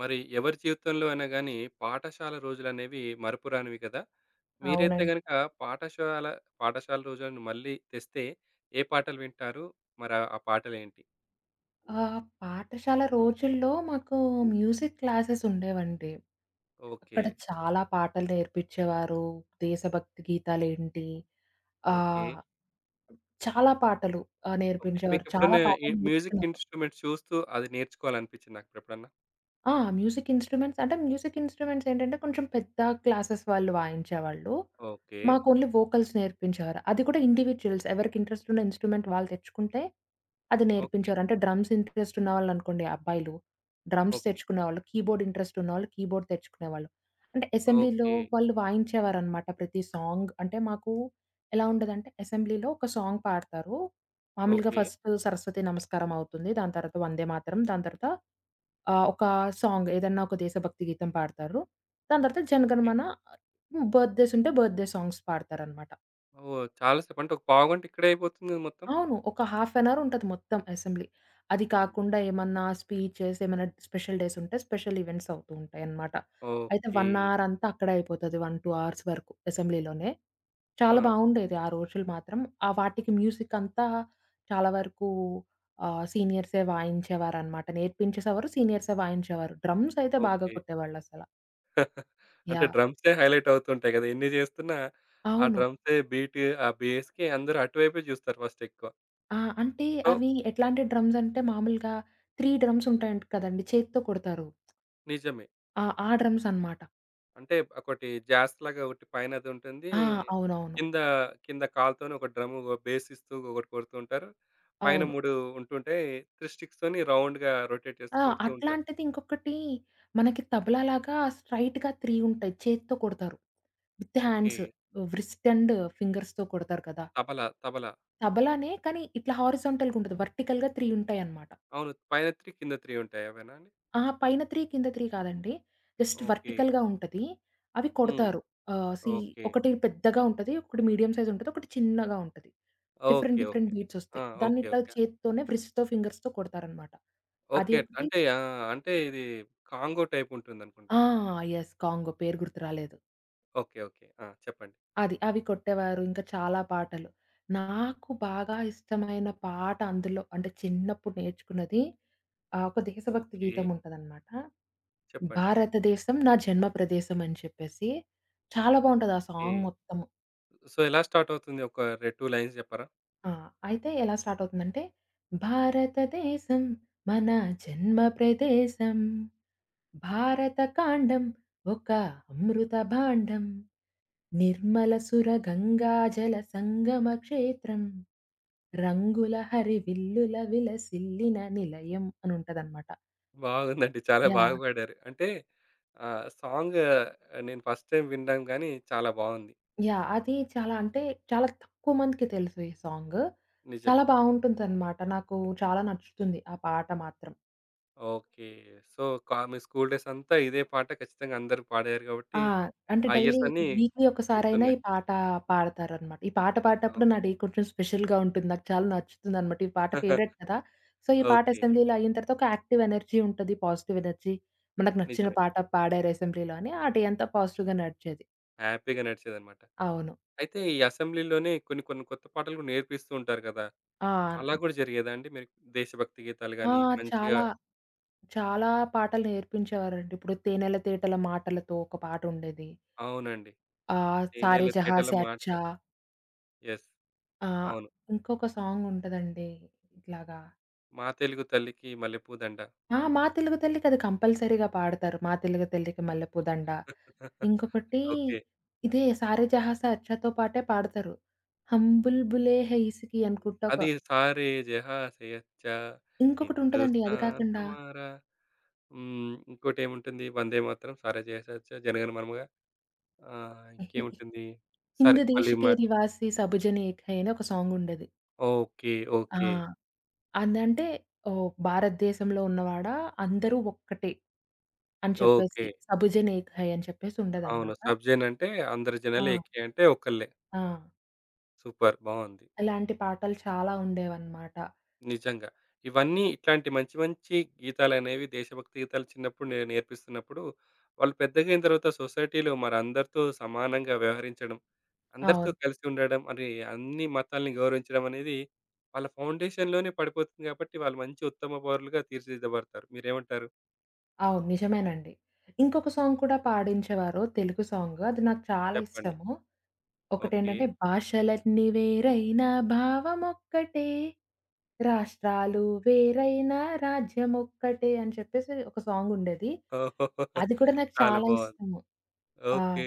మరి ఎవరి జీవితంలో అయినా గానీ, పాఠశాల రోజులనేవి మరపురానివి కదా! మీరైతే అవునండి. గనక పాఠశాల పాఠశాల రోజులను మళ్ళీ తెస్తే ఏ పాటలు వింటారు? మరి ఆ పాటలేంటి? పాఠశాల రోజుల్లో మాకు మ్యూజిక్ క్లాసెస్ ఉండేవండి. ఓకే. అక్కడ చాలా పాటలు నేర్పించేవారు. దేశభక్తి గీతాలేంటి, ఓకే. ఆహ్, చాలా పాటలు ఓకే. నేర్పించేవారు. చాలా మీకెప్పుడైనా ఈ పాటలు మ్యూజిక్ నేర్చుకున్నాను. ఇన్‌స్ట్రుమెంట్ చూస్తూ అది నేర్చుకోవాలనిపించిందా ఎప్పుడన్నా? ఆ! మ్యూజిక్ ఇన్‌స్ట్రుమెంట్స్ ఏంటంటే కొంచెం పెద్ద క్లాసెస్ వాళ్ళు వాయించేవాళ్ళు. ఓకే. మాకు ఓన్లీ వోకల్స్ నేర్పించేవారు. అది కూడా ఇండివిడ్యుయల్స్ ఎవరికి ఇంట్రెస్ట్ ఉన్న ఇన్‌స్ట్రుమెంట్ వాళ్ళు తెచ్చుకుంటే అది ఓకే. నేర్పించేవారు. అంటే డ్రమ్స్ ఇంట్రెస్ట్ ఉన్నవాళ్ళనుకోండి అబ్బాయిలు, డ్రమ్స్ ఓకే. తెచ్చుకునేవాళ్ళు. కీబోర్డ్ ఇంట్రెస్ట్ ఉన్నవాళ్ళు కీబోర్డ్ తెచ్చుకునేవాళ్ళు. అంటే అసెంబ్లీలో ఓకే. వాళ్ళు వాయించేవారనమాట ప్రతి సాంగ్. అంటే మాకు ఎలా ఉండేదంటే అసెంబ్లీలో ఒక సాంగ్ పాడతారు. మామూలుగా ఓకే. ఫస్ట్ సరస్వతి నమస్కారం అవుతుంది. దాని తర్వాత వందే మాతరం. దాని తర్వాత ఒక సాంగ్ ఏదన్నా ఒక దేశభక్తి గీతం పాడతారు. దాని తర్వాత ఓకే. జనగణమన, బర్త్‌డేస్ ఉంటే బర్త్‌డే సాంగ్స్ పాడతారనమాట. ఓహ్! చాలా సేపు అంటే ఒక పావుగంట ఇక్కడే అయిపోతుంది కదా మొత్తం? అవును. ఒక హాఫ్ అన్ అవర్ ఉంటది మొత్తం అసెంబ్లీ. అది అమ్మో! కాకుండా ఏమన్నా స్పీచెస్, ఏమైనా స్పెషల్ డేస్ ఉంటే స్పెషల్ ఈవెంట్స్ అవుతూ ఉంటాయన్నమాట. అయితే 1 ఓకే. అవర్ అంతా అక్కడే అయిపోతది. 1, 2 అవర్స్ వరకు అసెంబ్లీలోనే. చాలా ఆ! బావుండేది ఆ రోజులు మాత్రం. ఆ వాటికి మ్యూజిక్ అంతా చాలా వరకు సీనియర్సే వాయించేవారనమాట. నేర్పించేసేవారు, సీనియర్సే వాయించేవారు. డ్రమ్స్ అయితే బాగా ఓకే. కొట్టేవాళ్ళసల. అంటే యాహ్! డ్రమ్సే హైలైట్ అవుతుంటాయి కదా! ఎన్ని జేస్తున్నా ఆ అవును. డ్రమ్సే బీట్, ఆ బేస్‌కి అందరూ అటువైపే జూస్తారు ఫస్ట్ ఎక్కువ. ఆ! అంటే సో, అవి ఎట్లాంటి డ్రమ్స్ అంటే మామూలుగా 3 డ్రమ్స్ ఉంటాయంట కదండీ! చేత్తో కొడతారు. నిజమే. ఆ! ఆ డ్రమ్స్ అనమాట. అంటే ఒకటి జాస్ లాగా ఒకటి పైనది ఉంటుంది. ఆ! అవునవును. కింద, కింద కాలుతోని ఒక డ్రమ్ బేస్ ఇస్తూ ఒకటి కొడుతూ ఉంటారు. పైన అవును. 3 ఉంటుంటాయి. 3 స్టిక్స్‌తోని రౌండ్‌గా రొటేట్ చేస్తూ ఆ! కొడుతూ ఉంటారు. అట్లాంటిది ఇంకొకటి మనకి తబలా లాగా స్ట్రెయిట్‌గా 3 ఉంటాయి. చేత్తో కొడతారు. With okay. Hands. Wrist and ఫింగర్స్‌తో కొడతారు కదా! తబలా, తబలా. తబలానే కానీ ఇట్లా హారిజాంటల్‌గా ఉంటది. వర్టికల్‌గా 3 ఉంటాయన్నమాట. అవును. పైన 3 కింద 3 ఉంటాయి. అవేనా అండి? అహా! పైన 3 కింద 3 కాదండి. Just okay. వర్టికల్‌గా ఉంటది. అవి హ్మ్. కొడతారు. ఆహ్, సి ఓకే. ఒకటి పెద్దగా ఉంటది. ఒకటి మీడియం సైజ్ ఉంటది. ఒకటి చిన్నగా ఉంటది. Different okay. Different okay. Beats ఆ! ఒస్తాయి. దాన్ని ఓకే. ఇట్లా ఓకే. చేత్తోనే వ్రిస్ట్‌తో, ఫింగర్స్‌తో కొడతారన్నమాట. అది ఓకే. ఒకటి. అంటే ఆ! అంటే ఇది కాంగో టైప్ ఉంటుందనుకుంటా. ఆ! యెస్. కాంగో పేరు గుర్తు రాలేదు. ఓకే. ఓకే. ఆ! చెప్పండి. అది. అవి కొట్టేవారు. ఇంకా చాలా పాటలు. నాకు బాగా ఇష్టమైన పాట అందులో అంటే చిన్నప్పుడు నేర్చుకున్నది ఆ! ఒక దేశభక్తి ఓకే. గీతం ఉంటదనమాట. చెప్పండి. భారతదేశం నా జన్మ ప్రదేశం అని చెప్పేసి చాలా బావుంటది ఆ ఓకే. సాంగ్ మొత్తము. సో, ఎలా స్టార్ట్ అవుతుంది? ఒక 2 లైన్స్ చెప్పరా? ఆ! అయితే ఎలా స్టార్ట్ అవుతుందంటే, భారతదేశం మన జన్మ ప్రదేశం. భారత కాండం ఒక అమృత భాండం. నిర్మల సుర గంగా జల సంగమ క్షేత్రం. రంగుల హరివిల్లుల విలసిల్లిన నిలయం అని ఉంటదనమాట. బాగుందండి. చాలా బాగా యాహ్! పాడారు. అంటే ఆహ్, సాంగ్ నేను ఫస్ట్ టైమ్ వినడం గానీ చాలా బావుంది. యాహ్! అది చాలా అంటే చాలా తక్కువ మందికి తెలుసు ఈ సాంగు. చాలా నిజమే. బావుంటుందనమాట. నాకు చాలా నచ్చుతుంది ఆ పాట మాత్రం. ఓకే. సో, మీ స్కూల్ డేస్ అంతా ఇదే పాట ఖచ్చితంగా అందరూ పాడారు కాబట్టి, ఆ! అంటే ఆ డైలీ, ఇయర్స్ అన్నీ వీక్‌లీ ఒకసారైనా ఈ గుర్తున్నాయి. పాట పాడతారనమాట. ఈ పాట పాడినప్పుడు నా అవును. డే కొంచెం స్పెషల్‌గా ఉంటుంది. నాకు చాలా నచ్చుతుందనమాట. ఈ పాట ఫేవరెట్ కదా! సో, ఈ పాట ఓకే. అసెంబ్లీలో అయిన తర్వాత ఒక యాక్టివ్ ఎనర్జీ ఉంటది. Positive energy. మనకు నచ్చిన నిజమే. పాట పాడారు అసెంబ్లీలో అని ఆ డే అంతా పాజిటివ్‌గా నడిచేది. హ్యాపీగా నడిచేదన్నమాట. అవును. అయితే ఈ అసెంబ్లీలోనే కొన్ని కొన్ని కొత్త పాటలు కూడా నేర్పిస్తూ ఉంటారు కదా! ఆ! అలా కూడా జరిగేదా అండి? మీరు దేశభక్తి గీతాలు ఆ! గాని మంచిగా చాలా చాలా పాటలు నేర్పించేవారండి. ఇప్పుడు 'తేనెల తేటల మాటలతో' ఒక పాటుండేది. అవునండి. 'తేనెల 'సారే జహాं తేటల సే అచ్చా', మాటలు' యెస్. ఆహ్, అవును. ఇంకొక సాంగుంటదండి ఇట్లాగా. 'మా తెలుగు తల్లికి మల్లెపూదండ' ఆ! 'మా తెలుగు తల్లికి' అది కంపల్సరీగా పాడతారు. 'మా తెలుగు తల్లికి మల్లెపూ దండ.' ఇంకొకటి ఓకే. ఇదే 'సారే జహాం సే అచ్చా'తో పాటే పాడతారు. 'హమ్ బుల్బులే హై ఇస్‌కి' అనుకుంటా ఒక అది 'సారే జహా సే అచ్చా ఇంకొకటుంటదండి అది హిందుస్తాన్ కాకుండా హమారా' హ్మ్. ఇంకోటేముంటుంది 'వందే మాతరం', 'సారే జహా సే అచ్చా', 'జనగణ మనమగా' ఆహ్, ఇంకేముంటుంది? సరే 'హింద్ దేశ్ మళ్ళీ కే మాట నివాసి సబ్ జన్ ఏక్ హై' అని ఒక సాంగుండేది. ఓకే. ఆ! ఓకే. అదంటే ఓహ్! భారతదేశంలో ఉన్నవాడా అందరూ ఒక్కటే అని చెప్పేసి ఓకే. 'సబుజన్ ఏక్ హై' అని చెప్పేసి అవును. ఉండేదనమాట. సబ్‌జెన్ అంటే అందరి ఆ! జనాలు, ఏకే అంటే ఒకళ్ళే. ఆ! సూపర్ బావుంది. ఇలాంటి పాటలు చాలా ఉండేవన్నమాట. నిజంగా. ఇవన్నీ ఇట్లాంటి మంచి మంచి గీతాలనేవి దేశభక్తి గీతాలు చిన్నప్పుడు నేర్పిస్తున్నప్పుడు, వాళ్ళు పెద్దగా అయిన తర్వాత సొసైటీలో మరి అందరితో సమానంగా వ్యవహరించడం, అందరితో అవును. కలిసి ఉండడం, మరి అన్ని మతాల్ని గౌరవించడం అనేది వాళ్ళ ఫౌండేషన్‌లోనే పడిపోతుంది కాబట్టి, వాళ్ళు మంచి ఉత్తమ పౌరులుగా తీర్చిదిద్దబడతారు. మీరేమంటారు? అవును. నిజమేనండి. ఇంకొక సాంగ్ కూడా పాడించేవారు తెలుగు సాంగ్. అది నాకు చాలా చెప్పండి. ఇష్టము. ఓకే. ఒకటేంటంటే భాషలన్నీ వేరైనా భావమొక్కటే, రాష్ట్రాలు వేరైనా రాజ్యమొక్కటే అని చెప్పేసి ఒక సాంగుండేది. ఓహ్! అది కూడా నాకు చాలా చాలా బావుంది. ఇష్టము. ఆ! ఓకే.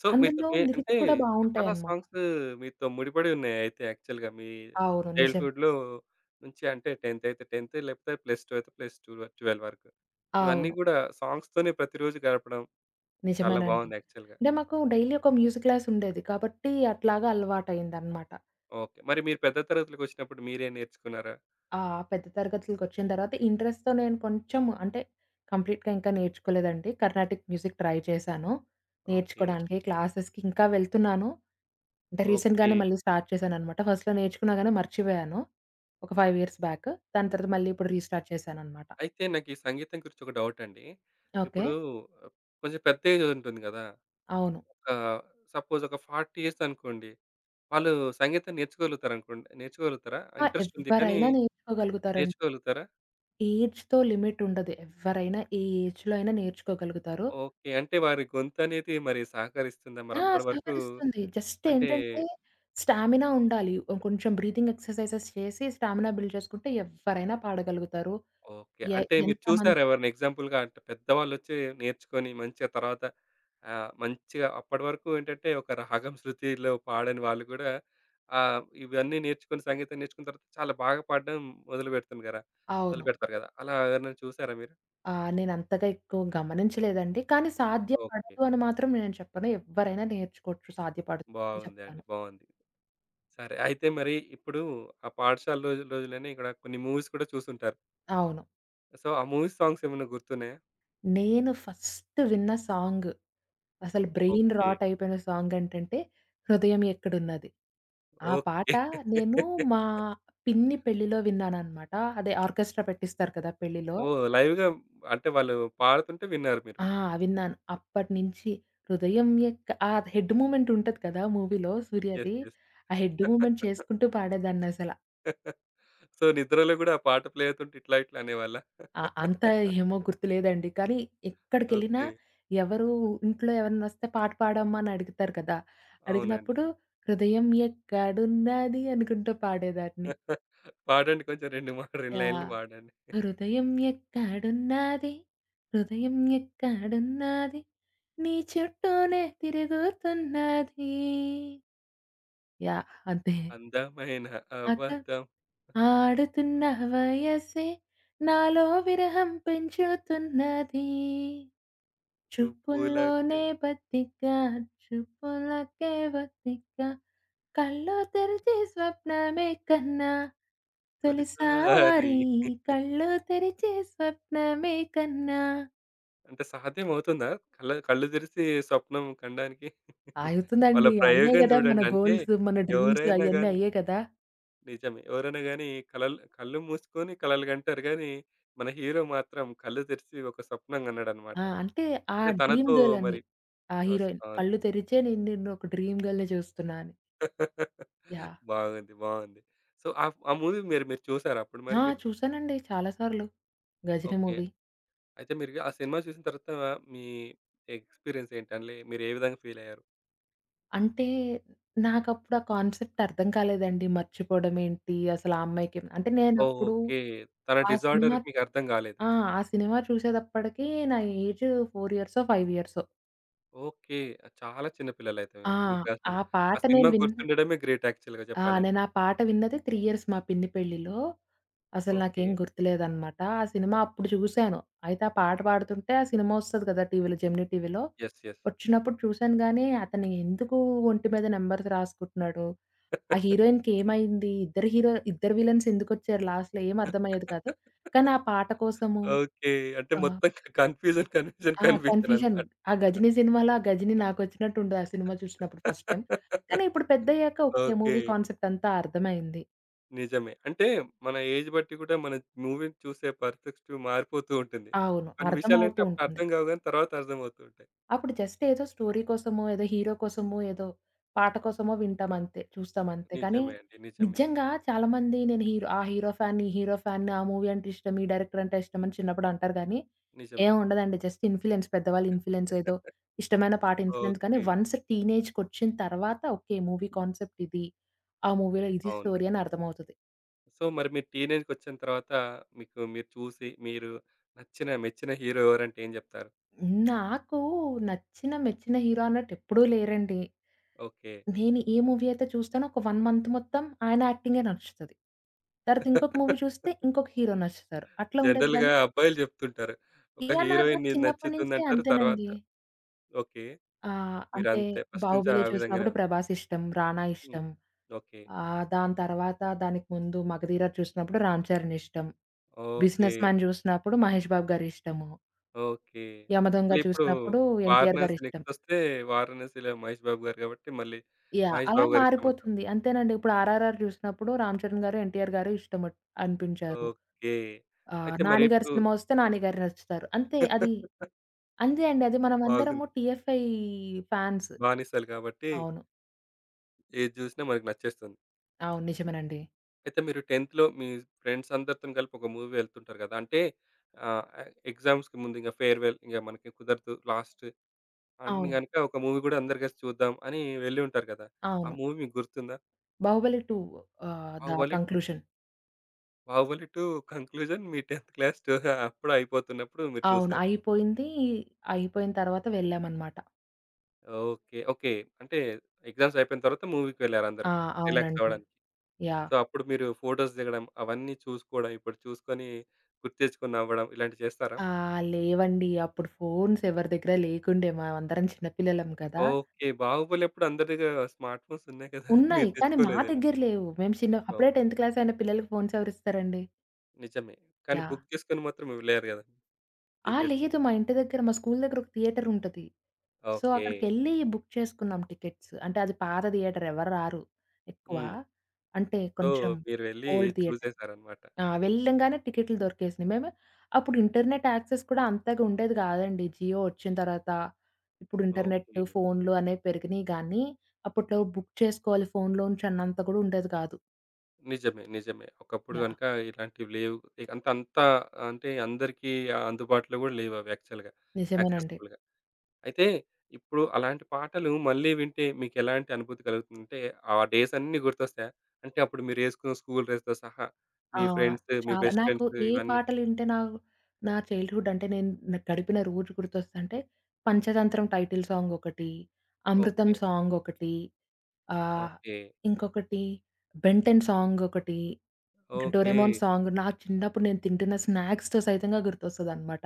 సో, మీతో అందులో మీ అంటే లిరిక్స్ కూడా చాలా బావుంటాయన్నమాట. సాంగ్స్ మీతో ముడిపడి ఉన్నాయి అయితే యాక్చువల్‌గా మీ అవును. నిజం. చైల్డ్‌హుడ్‌లో నుంచి అంటే 10థ్ అయితే 10థ్ లేకపోతే ప్లస్ 2 అయితే ప్లస్ 2 12 వరకు. ఇవన్నీ అవును. గూడా సాంగ్స్‌తోనే ప్రతిరోజు గడపడం చాలా నిజమేనండి. బావుంది యాక్చువల్‌గా. అంటే మాకు డైలీ ఒక మ్యూజిక్ క్లాస్ ఉండేది. కాబట్టి అట్లాగా అలవాటయిందన్నమాట. ఓకే. మరి మీరు పెద్ద తరగతిలోకొచ్చినప్పుడు మీరే నేర్చుకున్నారా? ఆ! పెద్ద తరగతులకొచ్చిన తర్వాత ఇంట్రెస్ట్‌తో నేను కొంచెం అంటే కంప్లీట్‌గా ఇంకా నేర్చుకోలేదండి. కర్ణాటిక్ మ్యూజిక్ ట్రై చేశాను. ఓకే. నేర్చుకోవడానికి క్లాసెస్‌కి ఇంకా వెళ్తున్నాను. అంటే ఓకే. రీసెంట్‌గానే మళ్ళీ స్టార్ట్ చేశానన్నమాట. ఫస్ట్‌లో నేర్చుకున్నా గాని మర్చిపోయాను. ఒక 5 ఇయర్స్ బ్యాక్. దాని తర్వాత మళ్ళీ ఇప్పుడు రీస్టార్ట్ చేశానన్నమాట. అయితే నాకు ఈ సంగీతం గురించి ఒక డౌట్ అండి. ఓకే. ఇప్పుడు ఆ, కొంచెం పెద్ద ఏజ్ ఉంటుంది గదా! అవును. ఒక సపోజ్ ఒక 40 ఇయర్స్ అనుకోండి. వాళ్ళు సంగీతం నేర్చుకోగలుగుతారనుకుంట. నేర్చుకోగలుగుతారా? ఆ! ఇంట్రెస్ట్ ఉంది కానీ ఎవ్వరైనా నేర్చుకోగలుగుతారండి. నేర్చుకోగలుగుతారా? ఏజ్‌తో లిమిట్ ఉండదు. ఎవ్వరైనా ఏ ఏజ్‌లో అయినా నేర్చుకోగలుగుతారు. ఓకే. అంటే వారి గొంతనేది మరి సహకరిస్తుందా? ఆ! మరప్పటి వరకు సహకరిస్తుంది. జస్ట్ అంటే ఏంటంటే స్టామినా ఉండాలి. కొంచెం బ్రీతింగ్ ఎక్సర్‌సైజెస్ చేసి స్టామినా బిల్డ్ చేసుకుంటే ఎవ్వరైనా పాడగలుగుతారు. ఓకే. ఎ అంటే మీరు ఎంతమంది చూసారా ఎవరిని ఎగ్జాంపుల్‌గా అంటే పెద్దవాళ్ళొచ్చి నేర్చుకొని మంచిగా తర్వాత ఆహ్, మంచిగా అప్పటి వరకు ఏంటంటే ఒక రాగం, శృతిలో పాడని వాళ్ళు కూడా ఆహ్, ఇవన్నీ నేర్చుకొని సంగీతం నేర్చుకున్న తర్వాత చాలా బాగా పాడడం మొదలుపెడుతుంది గదా! అవును. మొదలుపెడతారు గదా! అలా ఎవరినైనా చూసారా మీరు? ఆ! నేను అంతగా ఎక్కువ గమనించలేదండి. కానీ ఓకే. సాధ్యపడదు అని మాత్రం నేను చెప్పను. ఎవ్వరైనా నేర్చుకోవచ్చు సాధ్యపడుతుందని బాగుందండి. చెప్తాను. బావుంది. సరే. అయితే మరి ఇప్పుడు ఆ పాఠశాల రోజులనే ఇక్కడ కొన్ని మూవీస్ కూడా చూసుంటారు. అవును. సో, ఆ మూవీ సాంగ్స్ ఏమన్నా గుర్తున్నాయా? నేను ఫస్ట్ విన్న సాంగ్, అసలు బ్రెయిన్ ఓకే. రాట్ అయిపోయిన సాంగ్ ఏంటంటే 'హృదయం ఎక్కడున్నది.' ఆ పాట ఓకే. నేను మా పిన్ని పెళ్ళిలో విన్నాననమాట. అదే ఆర్కెస్ట్రా పెట్టిస్తారు కదా పెళ్ళిలో. ఓహ్! లైవ్‌గా అంటే వాళ్ళు పాడుతుంటే విన్నారు మీరు. ఆ! విన్నాను. అప్పటినుంచి హృదయం ఎక్క ఆ హెడ్ మూవ్‌మెంట్ ఉంటది కదా! మూవీలో యెస్. సూర్యది. యెస్. ఆ హెడ్ మూవ్‌మెంట్ చేసుకుంటూ పాడేదాన్నసల. సో, నిద్రలో గూడా ఆ పాట ప్లే అవుతుంటే ఇట్లా ఇట్లా అనేవాళ్ళా? ఆ! అంతా ఏమో గుర్తులేదండి. కానీ ఎక్కడికెళ్ళినా ఓకే. ఎవరు ఇంట్లో ఎవరన్నొస్తే పాట పాడమ్మా అని అడుగుతారు కదా! అవునండి. అడిగినప్పుడు హృదయం ఎక్కడున్నది అనుకుంటూ పాడేదాన్ని. పాడండి కొంచెం 2 లైన్‌లు యాహ్! పాడండి. హృదయం ఎక్కడున్నది, హృదయం ఎక్కడున్నది, నీ చుట్టూనే తిరుగుతున్నది. యాహ్! అంతే. అందమైన అక అబద్ధం ఆడుతున్న వయసే నాలో విరహం పెంచుతున్నది. చూపులకే చూపుల్లోనే బతిక చూపులకే బతిక, కళ్ళు తెరిచి స్వప్నమే కన్నా, తొలిసారి తొలిసారి కళ్ళు తెరిచి స్వప్నమే కన్నా. అంటే సాధ్యం అవుతుందా? కళ్ళు తెరిసి స్వప్నం కనడానికి? వాళ్ళ ఆగుతుందండి. అయ్యే ప్రయోగం గదా! చూడండి. మన అంటే గోల్స్, మన డ్రీమ్స్ ఎవరైనా అయన్నీ గాని అయ్యే కదా! నిజమే. ఎవరైనా గాని కలలు కళ్ళు మూసుకొని కలలు కంటారు గానీ, మన హీరో మాత్రం కళ్ళు తెరిసి ఒక స్వప్నం కన్నాడన్నమాట. ఆ! అంటే ఆ అంటే డ్రీమ్ తనతో గర్ల్ అని. మరి ఆ హీరోయిన్. అవును. కళ్ళు తెరిచే నేను నిన్ను ఒక డ్రీమ్ గర్ల్‌ని చూస్తున్నా అని. యాహ్! బాగుంది. బాగుంది. సో, ఆ ఆ మూవీ మీరు మీరు చూసారా అప్పుడు మరి ఆ! మీరు? చూసానండి చాలా సార్లు. 'గజిని' ఓకే. మూవీ. అయితే మీరు ఆ సినిమా చూసిన తర్వాత మీ ఎక్స్‌పీరియన్స్ ఏంటి? అందులో మీరు ఏ విధంగా ఫీల్ అయ్యారు? అంటే నాకప్పుడు ఆ కాన్సెప్ట్ అర్థం కాలేదండి. మర్చిపోవడం ఏంటి? అసలు ఆ అమ్మాయికి అంటే నేనప్పుడు ఓకే. తన ఆ డిజార్డర్ సినిమా మీకర్థం గాలేదు. ఆ! ఆ సినిమా చూసేదప్పటికి నా ఏజ్ 4 ఇయర్సో, 5 ఇయర్సో. ఓకే. చాలా చిన్న పిల్లలైతే ఆ! మీరు. మీకసలు ఆ ఆ పాట నేను సినిమా విన్న గుర్తుండడమే గ్రేట్ యాక్చువల్‌గా ఆ! చెప్పాలంటే. నేను ఆ పాట విన్నది 3 ఇయర్స్ మా పిన్ని పెళ్ళిలో. అసలు ఓకే. నాకేం గుర్తులేదనమాట. ఆ సినిమా అప్పుడు చూసాను. అయితే ఆ పాట పాడుతుంటే ఆ సినిమా ఒస్తది కదా! టీవీలో, జెమినీ టీవీలో. యెస్. యెస్. ఒచ్చినప్పుడు చూసాను గానీ అతను ఎందుకు ఒంటి మీద నంబర్స్ రాసుకుంటున్నాడు? ఆ హీరోయిన్‌కి ఏమైంది? ఇద్దరు హీరో ఇద్దరు విలన్స్ ఎందుకొచ్చారు లాస్ట్‌లో ఏం అర్థమయ్యేది కాదు. కానీ ఆ పాట కోసము ఓకే. అంటే ఆహ్, మొత్తం కన్‌ఫ్యూజన్, కన్‌ఫ్యూజన్, ఆ! Confusion confusion. అనమాట. ఆ 'గజినీ' సినిమాలో ఆ 'గజినీ' నాకొచ్చినట్టు ఉండదు ఆ సినిమా చూసినప్పుడు ఫస్ట్ టైమ్. కానీ ఇప్పుడు పెద్దయ్యాక ఓకే. ఓకే. మూవీ కాన్సెప్ట్ అంతా అర్థమైంది. నిజమే. అంటే మన ఏజ్ బట్టి కూడా మన మూవీని చూసే పర్‌స్పెక్టివ్ మారిపోతూ ఉంటుంది. అవును. కొన్ని విషయాలంటే అర్థమవుతూ అప్పుడు ఉంటుంది. అర్థం కావు గానీ తర్వాత అర్థమవుతూ ఉంటాయి. అప్పుడు జస్ట్ ఏదో స్టోరీ కోసమో, ఏదో హీరో కోసమో, ఏదో పాట కోసమో వింటాం అంతే. చూస్తాం అంతే. కానీ నిజమే అండి. నిజమే. నిజంగా చాలామంది నేను హీరో ఆ హీరో ఫ్యాన్‌ని, ఈ హీరో ఫ్యాన్‌ని, ఆ మూవీ అంటే ఇష్టం, ఈ డైరెక్టర్ అంటే ఇష్టం అని చిన్నప్పుడు అంటారు గానీ, నిజమే. ఏం ఉండదండి. జస్ట్ పెద్దవాళ్ళ ఇన్‌ఫ్లూయెన్స్, ఏదో ఇష్టమైన పాట ఇన్‌ఫ్లూయెన్స్. కానీ ఓకే. వన్స్ టీనేజ్‌కొచ్చిన తర్వాత ఓకే. మూవీ కాన్సెప్ట్ ఇది. ఆ మూవీలో ఇది అవును. స్టోరీ అని అర్థమవుతది. సో, మరి మీరు టీనేజ్‌కొచ్చిన తర్వాత మీకు మీరు చూసి, మీరు నచ్చిన, మెచ్చిన హీరో ఎవరంటే ఏం జెప్తారు? నాకు నచ్చిన, మెచ్చిన హీరో అన్నట్టు ఎప్పుడూ లేరండి. ఓకే. నేను ఏ మూవీ అయితే చూస్తానో ఒక 1 మంత్ మొత్తం ఆయన యాక్టింగే నచ్చుతది. తర్వాత ఇంకొక మూవీ చూస్తే ఇంకొక హీరో నచ్చుతారు. అట్లా ఉండేది జనరల్‌గా గానీ అబ్బాయిలు జెప్తుంటారు. ఒక ఇగ నా నాకు హీరోయిన్ నీకు చిన్నప్పటి నుంచే నచ్చుతుందంటారు. తర్వాత అంతేనండి. ఓకే. ఆహ్, అంటే మీరంతే ఫస్ట్ నుంచి ఆ 'బాహుబలి' విధంగానే చూసినప్పుడు ఉన్నారు. 'ప్రభాస్' ఇష్టం, 'రానా' హ్మ్. ఇష్టం. ఓకే. దానికి ముందు 'మగధీర' చూసినప్పుడు 'రామ్ చరణ్' ఇష్టం. ఓకే. 'బిజినెస్ మ్యాన్' చూసినప్పుడు 'మహేష్ బాబు' గారి ఇష్టము. ఓకే. 'యమదొంగ' మళ్ళీ ఇప్పుడు చూసినప్పుడు 'ఎన్టీఆర్' గారి 'వారణాసి' ఇష్టం. నెక్స్టొస్తే 'వారణాసి'లో మహేష్ బాబు గారు గాబట్టి మళ్ళీ యాహ్! మహేష్ అలా బాబు గారు ఇష్టమంటారు. మారిపోతుంది. అంతేనండి. ఇప్పుడు 'ఆర్ఆర్ఆర్' చూసినప్పుడు 'రామ్ చరణ్' గారు, 'ఎన్టీఆర్' గారు ఇష్టమట్ అనిపించారు. ఓకే. అయితే మరి 'నాని' గారి ఇప్పుడు సినిమా వస్తే 'నాని' గారు నచ్చుతారు. అంతే అండి. అది మనమందరము బాగుంది. TFI fans. 'బానిసలు' గాబట్టి అవును. ఏది జూసినా మనకు నచ్చేస్తుంది. అవును. నిజమేనండి. అయితే మీరు 10థ్‌లో మీ ఫ్రెండ్స్ అందరితోని కలిపి ఒక మూవీ వెళ్తుంటారు గదా! అంటే ఆహ్, ఎగ్జామ్స్‌కి ముందు ఇంక ఫేర్‌వెల్ ఇంక మనకి కుదరదు లాస్ట్ అని అవును. గనుక ఒక మూవీ గూడా అందరు కలిసి చూద్దాం అని వెళ్ళి ఉంటారు గదా! ఆ అవును. మూవీ మీకు గుర్తుందా? 'Baahubali 2', the 'Baahubali 2'. Conclusion. 'Baahubali 2' conclusion మీ 10థ్ క్లాస్ టూ అప్పుడు అయిపోతున్నప్పుడు మీరు అవును. చూసారు. అయిపోయింది. అయిపోయిన తర్వాత వెళ్ళామనమాట. ఓకే. ఓకే. అంటే ఎగ్జామ్స్ అయిపోయిన తర్వాత మూవీకి వెళ్లారందరూ ఆ! రిలాక్స్ అవునండి. అవ్వడానికి. యాహ్! సో, అప్పుడు మీరు ఫోటోస్ దిగడం అవన్నీ చూసుకోవడం ఇప్పుడు చూసుకొని గుర్తు తెచ్చుకొని నవ్వడం ఇలాంటివి చేస్తారా? ఆ! లేవండి. అప్పుడు ఫోన్స్ ఎవరి దగ్గర లేకుండే. మనమందరం చిన్న పిల్లలం కదా! ఓకే. 'బాహుబలి' అప్పుడు అందరి దగ్గర స్మార్ట్ ఫోన్స్ ఉన్నాయి కదా! మీరు ఉన్నాయి. కానీ మా తెచ్చుకోలేదేమో. దగ్గర లేవు. మేము చిన్న అప్పుడే ఓకే. 10థ్ క్లాస్ అయిన పిల్లలకి ఫోన్స్ ఎవరిస్తారండి? నిజమే. కానీ యాహ్! బుక్ చేసుకొని మాత్రం ఇవ్వలేరు కదా! ఆ! టికెట్స్. లేదు. మా ఇంటి దగ్గర, మా స్కూల్ దగ్గర ఒక థియేటర్ ఉంటది. So, okay. అక్కడికెళ్ళి బుక్ చేసుకున్నాం టికెట్స్. అంటే అది పాత థియేటర్ ఎవరు రారు ఎక్కువ. హ్మ్. అంటే సో, కొంచెం మీరు వెళ్లి ఓల్డ్ థియేటర్. చూసేసారన్నమాట. ఆ! వెళ్ళంగానే టికెట్లు దొరికేసినియి. మేము అప్పుడు ఇంటర్నెట్ యాక్సెస్ కూడా అంతగా ఉండేది కాదండి. జియో వచ్చిన తర్వాత ఇప్పుడు ఇంటర్నెట్, ఓకే. ఫోన్‌లు అనేవి పెరిగినియి గానీ, అప్పట్లో బుక్ చేసుకోవాలి ఫోన్‌లో నుంచి అన్నంత కూడా ఉండేది కాదు. నిజమే. నిజమే. ఒకప్పుడు యాహ్! గనుక ఇలాంటివి లేవు. ఇక అంత అంతా అంటే అందరికీ అందుబాటులో కూడా లేవవి యాక్చువల్‌గా నిజమేనండి. యాక్సెసిబుల్‌గా. అయితే ఇప్పుడు అలాంటి పాటలు మళ్ళీ వింటే మీకెలాంటి అనుభూతి కలుగుతుందంటే, ఆ డేస్ అన్నీ గుర్తొస్తాయా? అంటే అప్పుడు మీరేసుకున్న స్కూల్ డ్రెస్‌తో సహా, ఆ! మీ ఫ్రెండ్స్, మీ చాలా బెస్ట్ నాకు ఫ్రెండ్స్ ఏ ఇవన్నీ. పాటలింటే నా నా చైల్డ్‌హుడ్ అంటే నేను న గడిపిన రోజు గుర్తొస్తంటే 'పంచతంత్రం' టైటిల్ సాంగ్ ఒకటి, ఓకే. 'అమృతం' సాంగ్ ఒకటి, ఆహ్, ఓకే. ఇంకొకటి 'బెన్ టెన్' సాంగ్ ఒకటి, ఇంకా ఓకే. 'డోరేమోన్' సాంగ్, నా చిన్నప్పుడు నేను తింటున్న స్నాక్స్‌తో సైతంగా గుర్తొస్తదనమాట.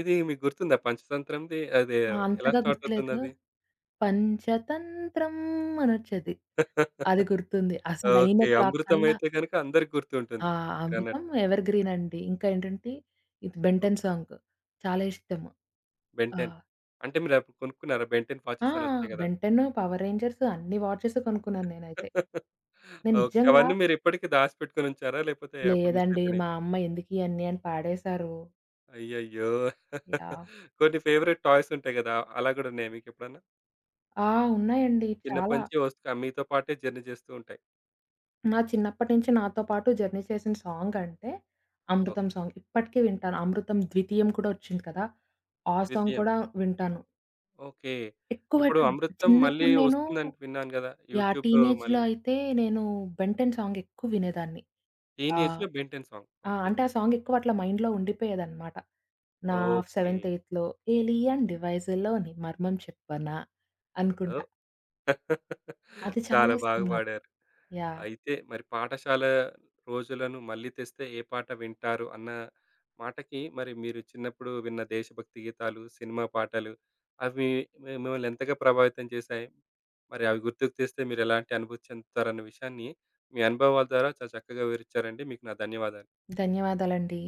ఇది మీకు గుర్తుందా పంచతంత్రంది అదే ఆ! ఎలా అంతగా స్టార్ట్ గుర్తులేదు. అవుతుందది? 'పంచతంత్రం' అనొచ్చేది. అది గుర్తుంది. అసలైన ఓకే. క్లాక్ అమృతం కల్లా. అయితే గనుక అందరికి ఆ! గుర్తుంటుంది 'అమృతం' మీరన్నట్టు. ఎవర్‌గ్రీన్ అండి. ఇంకా ఏంటంటే ఇది 'బెన్‌టెన్' ఓకే. సాంగ్ చాలా ఇష్టము. 'బెన్ ఆ! 10' అంటే మీరప్పుడు కొనుక్కున్నారా? 'బెన్ 10' ఆ! వాచెస్ అని వచ్చాయి గదా! 'బెన్‌టెన్', 'పవర్ రేంజర్స్' అన్ని వాచెస్ కొనుక్కున్నాను నేనైతే. నేను ఓకే. నిజంగా అవన్నీ మీరిప్పటికి దాచిపెట్టుకొనుంచారా? లేకపోతే అప్పుడు మిస్ లేదండి, అయిపోయినాయా? మా అమ్మ ఎందుకియన్నీ అని పాడేశారు. అయ్యయ్యో! యాహ్! కొన్ని ఫేవరెట్ టాయ్స్ ఉంటాయి గదా! అలా గూడా ఉన్నాయా మీకెప్పుడన్నా? ఆ! ఉన్నాయండి చిన్నప్పటి చాలా. నుంచి వస్తా మీతో పాటే జర్నీ చేస్తూ ఉంటాయి. నా చిన్నప్పటి నుంచి నాతో పాటు జర్నీ చేసిన సాంగ్ అంటే 'అమృతం' ఓకే. సాంగ్. ఇప్పటికి వింటాను. 'అమృతం ద్వితీయం' కూడా వచ్చింది కదా! ఆ సాంగ్ 'ద్వితీయం' కూడా వింటాను. ఓకే. ఎక్కువ ఇప్పుడు అయితే 'అమృతం' మళ్ళీ చిన్నప్పుడు నేను, వస్తుందని విన్నాను గదా! యాహ్! యూట్యూబ్‌లో టీనేజ్‌లో మళ్ళీ అయితే నేను 'బెన్ టెన్' సాంగ్ ఎక్కువ వినేదాన్ని. ఆహ్, టీనేజ్‌లో 'బెన్ టెన్' సాంగ్. ఆ! ఓకే. అంటే ఆ సాంగ్ ఎక్కువ అట్లా మైండ్‌లో ఉండిపోయేదనమాట. నా ఓకే. సెవెంత్, ఎయిత్‌లో ఏలియన్ డివైస్‌లోని మర్మం చెప్పనా అనుకుంటా. ఓహ్! అది చాలా చాలా బాగా ఇష్టం నాకు. పాడారు. యాహ్! అయితే మరి పాఠశాల రోజులను మళ్ళీ తెస్తే ఏ పాట వింటారు అన్న మాటకి మరి మీరు చిన్నప్పుడు విన్న దేశభక్తి గీతాలు, సినిమా పాటలు అవి మిమ్మల్ని ఎంతగా ప్రభావితం చేశాయి? మరి అవి గుర్తుకు తెస్తే మీరెలాంటి అనుభూతి చెందుతారన్న విషయాన్ని మీ అనుభవాల ద్వారా చాలా చక్కగా వివరిచ్చారండి. మీకు నా ధన్యవాదాలు. ధన్యవాదాలండి.